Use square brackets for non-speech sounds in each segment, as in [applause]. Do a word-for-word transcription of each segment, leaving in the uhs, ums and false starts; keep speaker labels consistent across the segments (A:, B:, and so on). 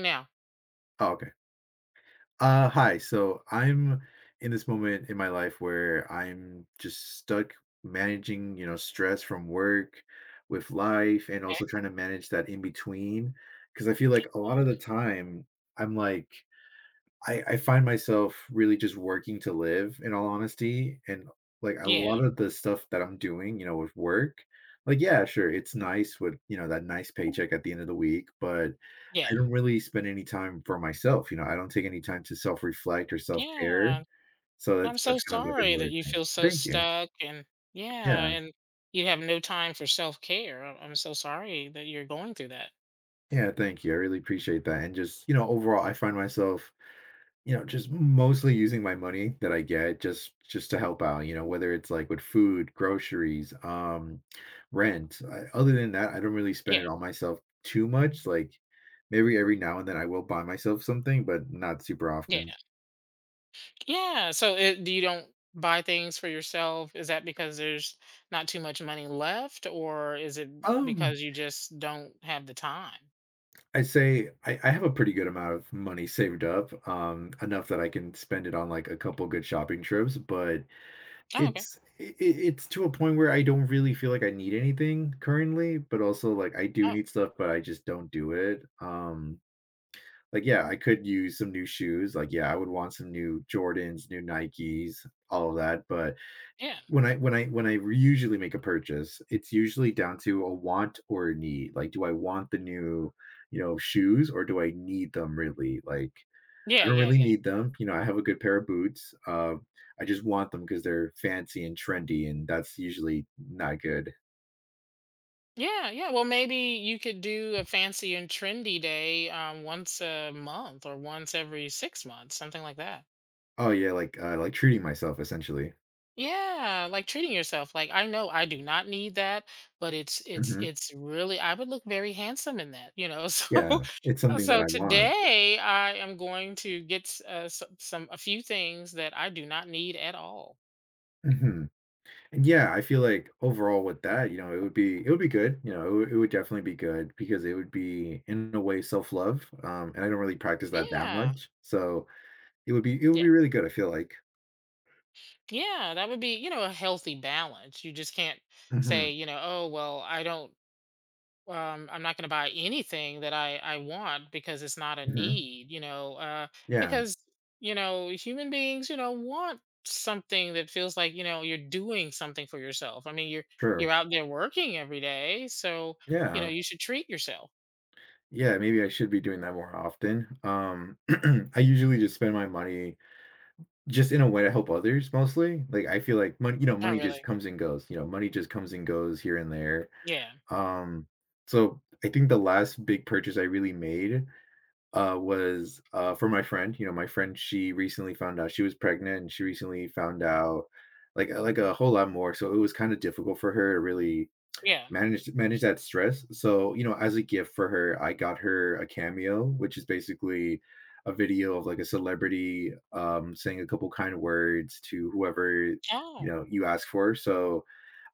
A: Now.
B: Oh, okay. Uh, hi. So I'm in this moment in my life where I'm just stuck managing, you know, stress from work with life and
A: Okay,
B: also trying to manage that in between. Because I feel like a lot
A: cool.
B: of the time I'm like, I, I find myself really just working to live in all honesty. And like a
A: Yeah,
B: lot of the stuff that I'm doing, you know, with work, like, yeah, sure, it's nice with, you know, that nice paycheck at the end of the week, but I
A: yeah,
B: don't really spend any time for myself. You know, I don't take any time to self reflect or self care.
A: yeah.
B: So
A: I'm
B: that's,
A: so
B: that's kind of like
A: sorry
B: another
A: that you
B: thing.
A: feel so
B: Thank you.
A: stuck and yeah,
B: Yeah.
A: and you have no time for self-care. I- I'm so sorry that you're going through that.
B: Yeah. Thank you. I really appreciate that. And just, you know, overall, I find myself you know, just mostly using my money that I get just just to help out, you know, whether it's like with food, groceries, um, rent. I, other than that, I don't really spend
A: Yeah,
B: it on myself too much. Like maybe every now and then I will buy myself something, but not super
A: yeah,
B: often.
A: yeah. So it, you don't buy things for yourself? Is that because there's not too much money left, or is it
B: Um,
A: because you just don't have the time?
B: I'd say I, I have a pretty good amount of money saved up, um, enough that I can spend it on like a couple good shopping trips, but
A: Oh, okay.
B: It's it it's to a point where I don't really feel like I need anything currently, but also, like, I do
A: Oh,
B: need stuff, but I just don't do it. Um, like, yeah, I could use some new shoes, like, yeah, I would want some new Jordans, new Nikes, all of that, but
A: yeah,
B: when I when I when I usually make a purchase, it's usually down to a want or a need, like, do I want the new, you know, shoes or do I need them really? Like, I
A: yeah,
B: don't
A: yeah,
B: really
A: yeah.
B: need them. You know, I have a good pair of boots. Um, I just want them because they're fancy and trendy, and that's usually not good.
A: Yeah, yeah. Well, maybe you could do a fancy and trendy day um, once a month or once every six months, something like that.
B: Oh yeah, like uh, like treating myself essentially.
A: Yeah, like treating yourself. Like I know I do not need that, but it's it's
B: Hmm.
A: it's really I would look very handsome in that, you know.
B: Yeah,
A: [laughs]
B: it's
A: So uh,
B: something that
A: so
B: I want.
A: today I am going to get s- uh, some, some a few things that I do not need at all.
B: Hmm. And yeah, I feel like overall with that, you know, it would be it would be good. You know, it would, it would definitely be good because it would be in a way self love. Um, and I don't really practice that that
A: Yeah.
B: much, so it would be it would
A: Yeah.
B: be really good. I feel like.
A: Yeah, that would be, you know, a healthy balance. You just can't
B: Hmm.
A: say, you know, oh, well, I don't um, I'm not going to buy anything that I, I want because it's not a
B: Hmm.
A: need, you know, uh,
B: Yeah,
A: because, you know, human beings, you know, want something that feels like, you know, you're doing something for yourself. I mean, you're,
B: true.
A: you're out there working every day. So, you know,
B: Yeah.
A: you should treat yourself.
B: Yeah, maybe I should be doing that more often. Um, [clears throat] I usually just spend my money just in a way to help others mostly. Like I feel like money, you know,
A: Oh,
B: money just
A: really?
B: comes and goes. You know, money just comes and goes here and there.
A: Yeah.
B: Um, so I think the last big purchase I really made uh was uh for my friend. You know, my friend, she recently found out she was pregnant and she recently found out like like a whole lot more. So it was kind of difficult for her to really
A: Yeah.
B: manage manage that stress. So, you know, as a gift for her, I got her a cameo, which is basically a video of like a celebrity um saying a couple kind words to whoever you
A: Oh,
B: know you ask for. So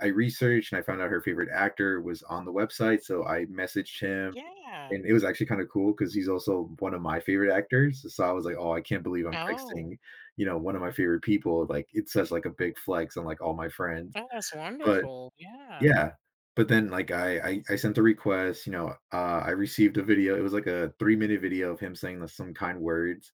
B: I researched and I found out her favorite actor was on the website. So I messaged him
A: yeah.
B: and it was actually kind of cool because he's also one of my favorite actors. So I was like, oh, I can't believe I'm
A: Oh,
B: texting, you know, one of my favorite people. Like it's such like a big flex on like all my friends.
A: oh, that's
B: But
A: wonderful. Yeah.
B: yeah, but then, like, I I I sent a request, you know, uh, I received a video, it was like a three-minute video of him saying, like, some kind words,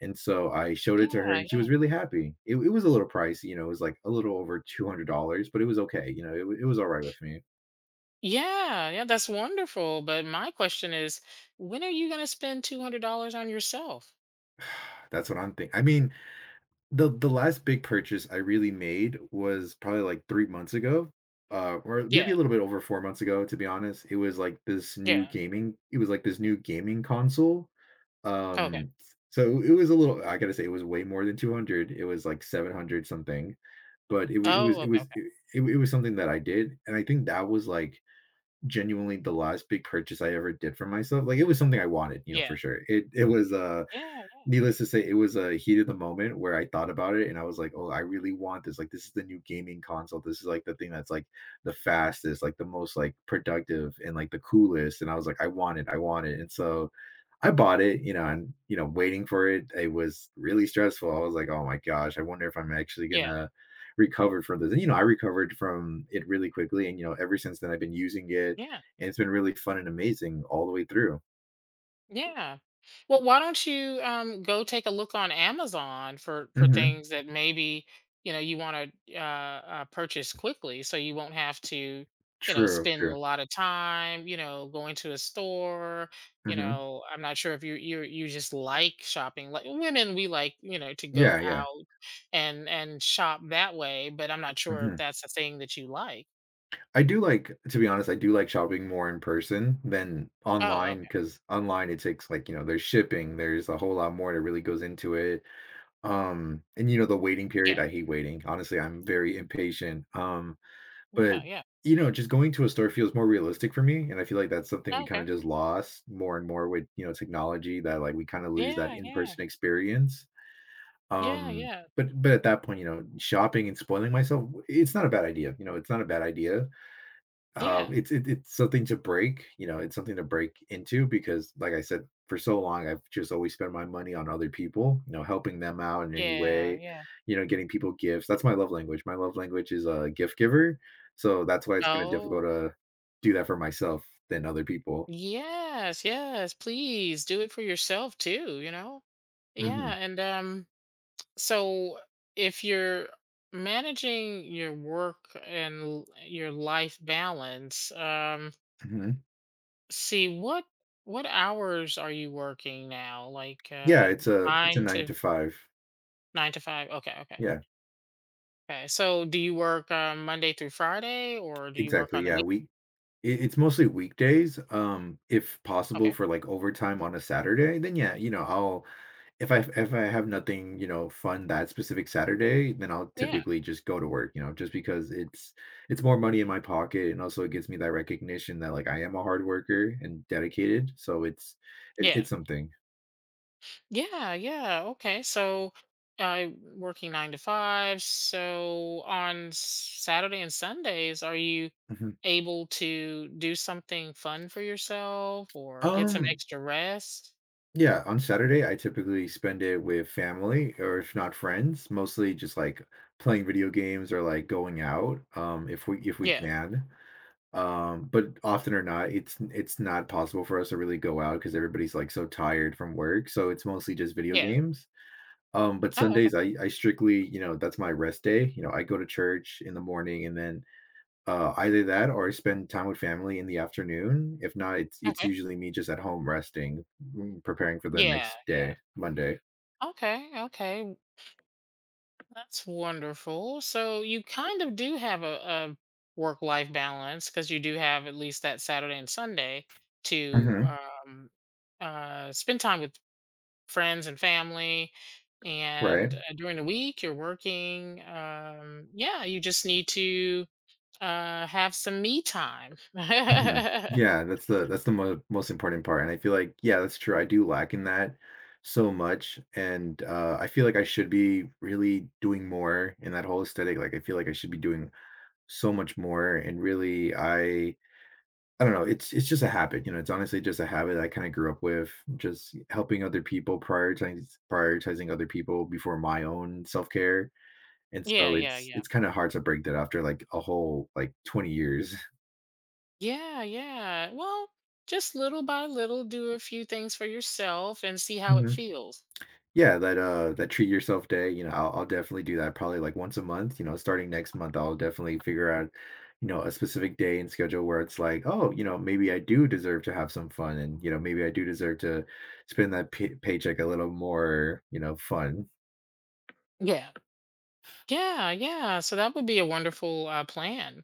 B: and so I showed it to her,
A: Yeah.
B: and she
A: Yeah.
B: was really happy. It it was a little pricey, you know, it was, like, a little over two hundred dollars but it was okay, you know, it wa it was alright with me.
A: Yeah. Yeah. That's wonderful. But my question is, when are you going to spend two hundred dollars on yourself?
B: [sighs] That's what I'm thinking. I mean, the the last big purchase I really made was probably, like, three months ago, uh, or maybe a
A: Yeah,
B: little bit over four months ago, to be honest. It was, like, this new
A: yeah,
B: gaming it was, like, this new gaming console.
A: okay.
B: Um, so it was a little I gotta say it was way more than two hundred, it was like seven hundred something, but it wa it was
A: Oh,
B: it
A: okay,
B: was
A: okay.
B: it it it was something that I did, and I think that was, like, genuinely the last big purchase I ever did for myself, like, it was something I wanted, you know,
A: Yeah,
B: for sure. It it was, uh
A: yeah,
B: needless to say, it was a heat of the moment where I thought about it and I was like, "Oh, I really want this, like, this is the new gaming console, this is, like, the thing that's, like, the fastest, like, the most, like, productive and, like, the coolest," and I was like, "I want it, I want it," and so I bought it, you know, and you know, waiting for it, it was really stressful. I was like, oh my gosh, I wonder if I'm actually
A: yeah,
B: gonna recover from this. And you know, I recovered from it really quickly, and you know, ever since then, I've been using it,
A: yeah,
B: and it's been really fun and amazing all the way through.
A: yeah. Well, why don't you, um, go take a look on Amazon for for
B: Hmm.
A: things that maybe, you know, you wanna, uh uh, purchase quickly so you won't have to, you know,
B: True,
A: spend a
B: true.
A: lot of time, you know, going to a store, you
B: Hmm.
A: know, I'm not sure if you you you just like shopping, like women, we like, you know, to
B: Yeah,
A: go
B: yeah.
A: out and and shop that way, but I'm not sure if
B: Hmm.
A: that's a thing that you like.
B: I do like, to be honest, I do like shopping more in person than
A: Oh,
B: online
A: okay.
B: because online it takes like, you know, there's shipping, there's a whole lot more that really goes into it. Um, and, you know, the waiting
A: Yeah.
B: period, I hate waiting. Honestly, I'm very impatient. Um, but,
A: Yeah, yeah.
B: you know, just going to a store feels more realistic for me, and I feel like that's something
A: Oh,
B: we kinda
A: okay.
B: just lost more and more with, you know, technology that, like, we kinda lose that
A: Yeah, yeah.
B: in-person experience.
A: Yeah,
B: Um,
A: yeah.
B: but but at that point, you know, shopping and spoiling myself, it's not a bad idea, you know, it's not a bad idea um,
A: Yeah.
B: it's it, it's something to break. You know, it's something to break into because, like I said, for so long I've just always spent my money on other people. You know, helping them out in any
A: Yeah,
B: way.
A: yeah.
B: You know, getting people gifts. That's my love language. My love language is a gift giver. So that's why it's kind of difficult
A: Oh.
B: to do that for myself than other people.
A: Yes, yes, please do it for yourself too, you know? Yeah,
B: Hmm.
A: and um so if you're managing your work and l- your life balance, um
B: Hmm.
A: see what what hours are you working now? Like
B: Yeah,
A: uh
B: it's a it's a
A: nine
B: nine
A: to
B: to five.
A: nine to five. Okay, okay.
B: Yeah,
A: Okay. So do you work um, Monday through Friday or do you work
B: exactly.
A: on the
B: Yeah,
A: week?
B: we it, it's mostly weekdays. Um, if possible
A: Okay.
B: for like overtime on a Saturday, then yeah, you know I'll If I if I have nothing, you know, fun that specific Saturday, then I'll
A: Yeah.
B: typically just go to work, you know, just because it's it's more money in my pocket and also it gives me that recognition that like I am a hard worker and dedicated. So it's it,
A: Yeah.
B: it's something.
A: Yeah. Yeah. Okay. So uh, working nine to five. So on s- Saturday and Sundays, are you
B: Mhm.
A: able to do something fun for yourself or get some
B: Um,
A: extra rest?
B: yeah, on Saturday I typically spend it with family or if not friends, mostly just like playing video games or like going out um if we if we
A: Yeah.
B: can. Um, but often or not, it's it's not possible for us to really go out because everybody's like so tired from work. So it's mostly just video
A: Yeah.
B: games. Um, but
A: Oh, okay.
B: Sundays, I I strictly, you know, that's my rest day. You know, I go to church in the morning and then uh, either that or I spend time with family in the afternoon. If not, it's it's
A: Okay.
B: usually me just at home resting, mm, preparing for the
A: Yeah.
B: next
A: Yeah.
B: day, Monday.
A: Okay. Okay. That's wonderful. So you kind of do have a, a work life balance because you do have at least that Saturday and Sunday to
B: Hmm.
A: um, uh, spend time with friends and family.
B: Right.
A: And uh, during the week, you're working. Um, yeah, you just need to uh, have some me time. [laughs]
B: Mhm.
A: yeah,
B: Yeah, that's the that's the mo most important part, and I feel like yeah, that's true, I do lack in that so much, and, uh, I feel like I should be really doing more in that whole aesthetic, like, I feel like I should be doing so much more, and really, I I don't know, it's it's just a habit, you know, it's honestly just a habit I kinda grew up with, just helping other people, prioritizing prioritizing other people before my own self-care, and
A: yeah,
B: so
A: yeah.
B: it's it's kinda hard to break that after, like, a whole, like, twenty years.
A: Yeah, yeah. Well, just little by little, do a few things for yourself and see how it
B: [laughs]
A: feels.
B: Yeah, that, uh that treat yourself day, you know, I'll I'll definitely do that probably, like, once a month, you know, starting next month, I'll definitely figure out, you know, a specific day and schedule where it's like, "Oh, you know, maybe I do deserve to have some fun, and, you know, maybe I do deserve to spend that pay paycheck a little more, you know, fun."
A: Yeah. Yeah, yeah. So that would be a wonderful uh, plan.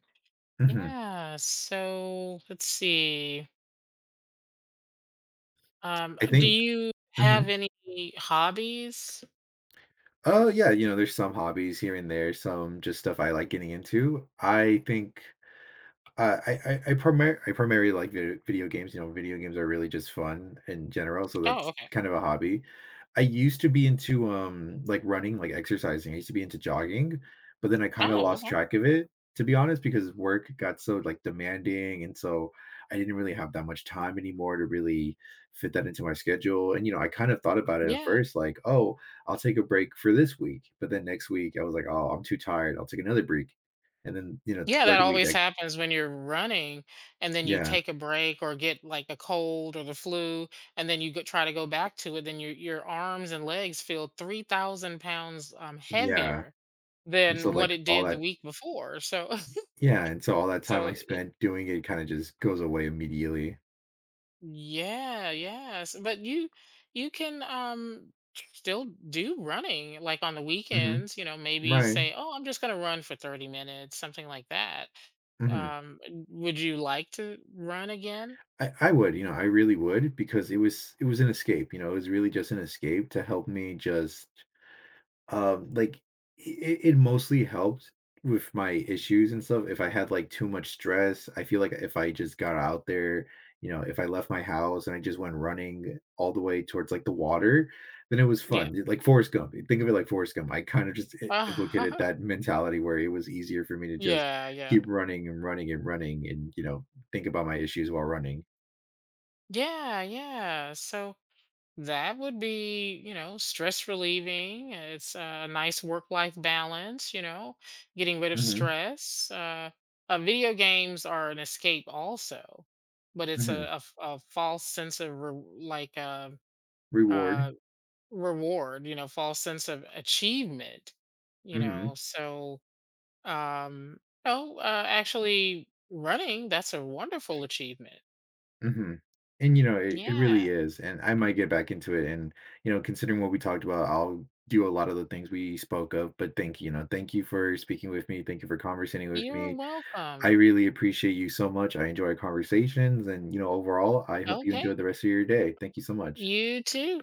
B: Mhm.
A: Yeah. So let's see. Um,
B: I
A: do
B: think.
A: you have
B: Mhm.
A: any hobbies?
B: Oh, yeah, you know, there's some hobbies here and there, some just stuff I like getting into. I think Uh, I I I primar I primarily like vi video games, you know, video games are really just fun in general, so
A: Oh,
B: that's
A: okay.
B: kind of a hobby. I used to be into, um, like, running, like, exercising, I used to be into jogging, but then I kinda
A: Oh,
B: lost
A: okay.
B: track of it, to be honest, because work got so, like, demanding, and so I didn't really have that much time anymore to really fit that into my schedule, and, you know, I kind of thought about it at
A: Yeah.
B: first, like, "Oh, I'll take a break for this week," but then next week, I was like, "Oh, I'm too tired, I'll take another break," and then, you know, the
A: Yeah, that
B: third week,
A: always
B: I
A: happens when you're running and then you
B: yeah.
A: take a break or get like a cold or the flu and then you go, try to go back to it. Then your, your arms and legs feel three thousand pounds um,
B: Yeah,
A: heavier
B: and so,
A: than
B: like,
A: what it
B: all
A: did the
B: that
A: week before. So,
B: yeah, and so all that
A: [laughs]
B: time I
A: so
B: spent doing it kinda just goes away immediately.
A: yeah, yes. But you you can um still do running like on the
B: Mhm.
A: weekends, you know, maybe
B: Right.
A: say, "Oh, I'm just going to run for thirty minutes," something like that.
B: Mhm.
A: Um would you like to run again?
B: I I would, you know, I really would because it was it was an escape, you know, it was really just an escape to help me just Um, like it, it mostly helped with my issues and stuff. If I had like too much stress, I feel like if I just got out there, you know, if I left my house and I just went running all the way towards like the water, then it was
A: Yeah.
B: fun. It- Like Forrest Gump. Think of it like Forrest Gump. I kind of just i- implicated
A: [laughs]
B: that mentality where it was easier for me to just
A: yeah,
B: keep
A: yeah.
B: running and running and running and, you know, think about my issues while running.
A: Yeah, yeah. So that would be, you know, stress relieving. uh, It's a nice work life balance, you know, getting rid of
B: Hmm.
A: stress. Uh, uh, video games are an escape also, but it's a,
B: Hmm.
A: a f- a false sense of re- like uh, uh,
B: Reward.
A: reward, you know, false sense of achievement, you
B: Hmm.
A: know. So, um, oh, uh, actually running, that's a wonderful achievement.
B: Mhm. And, you know, it it really
A: Yeah,
B: is, and I might get back into it and, you know, considering what we talked about, I'll do a lot of the things we spoke of, but thank you you know, thank you for speaking with me, thank you for conversating with
A: you're
B: me. I
A: welcome.
B: really appreciate you so much, I enjoy our conversations, and, you know, overall, I hope you enjoy
A: Okay,
B: the rest of your day. Thank you so much.
A: you too.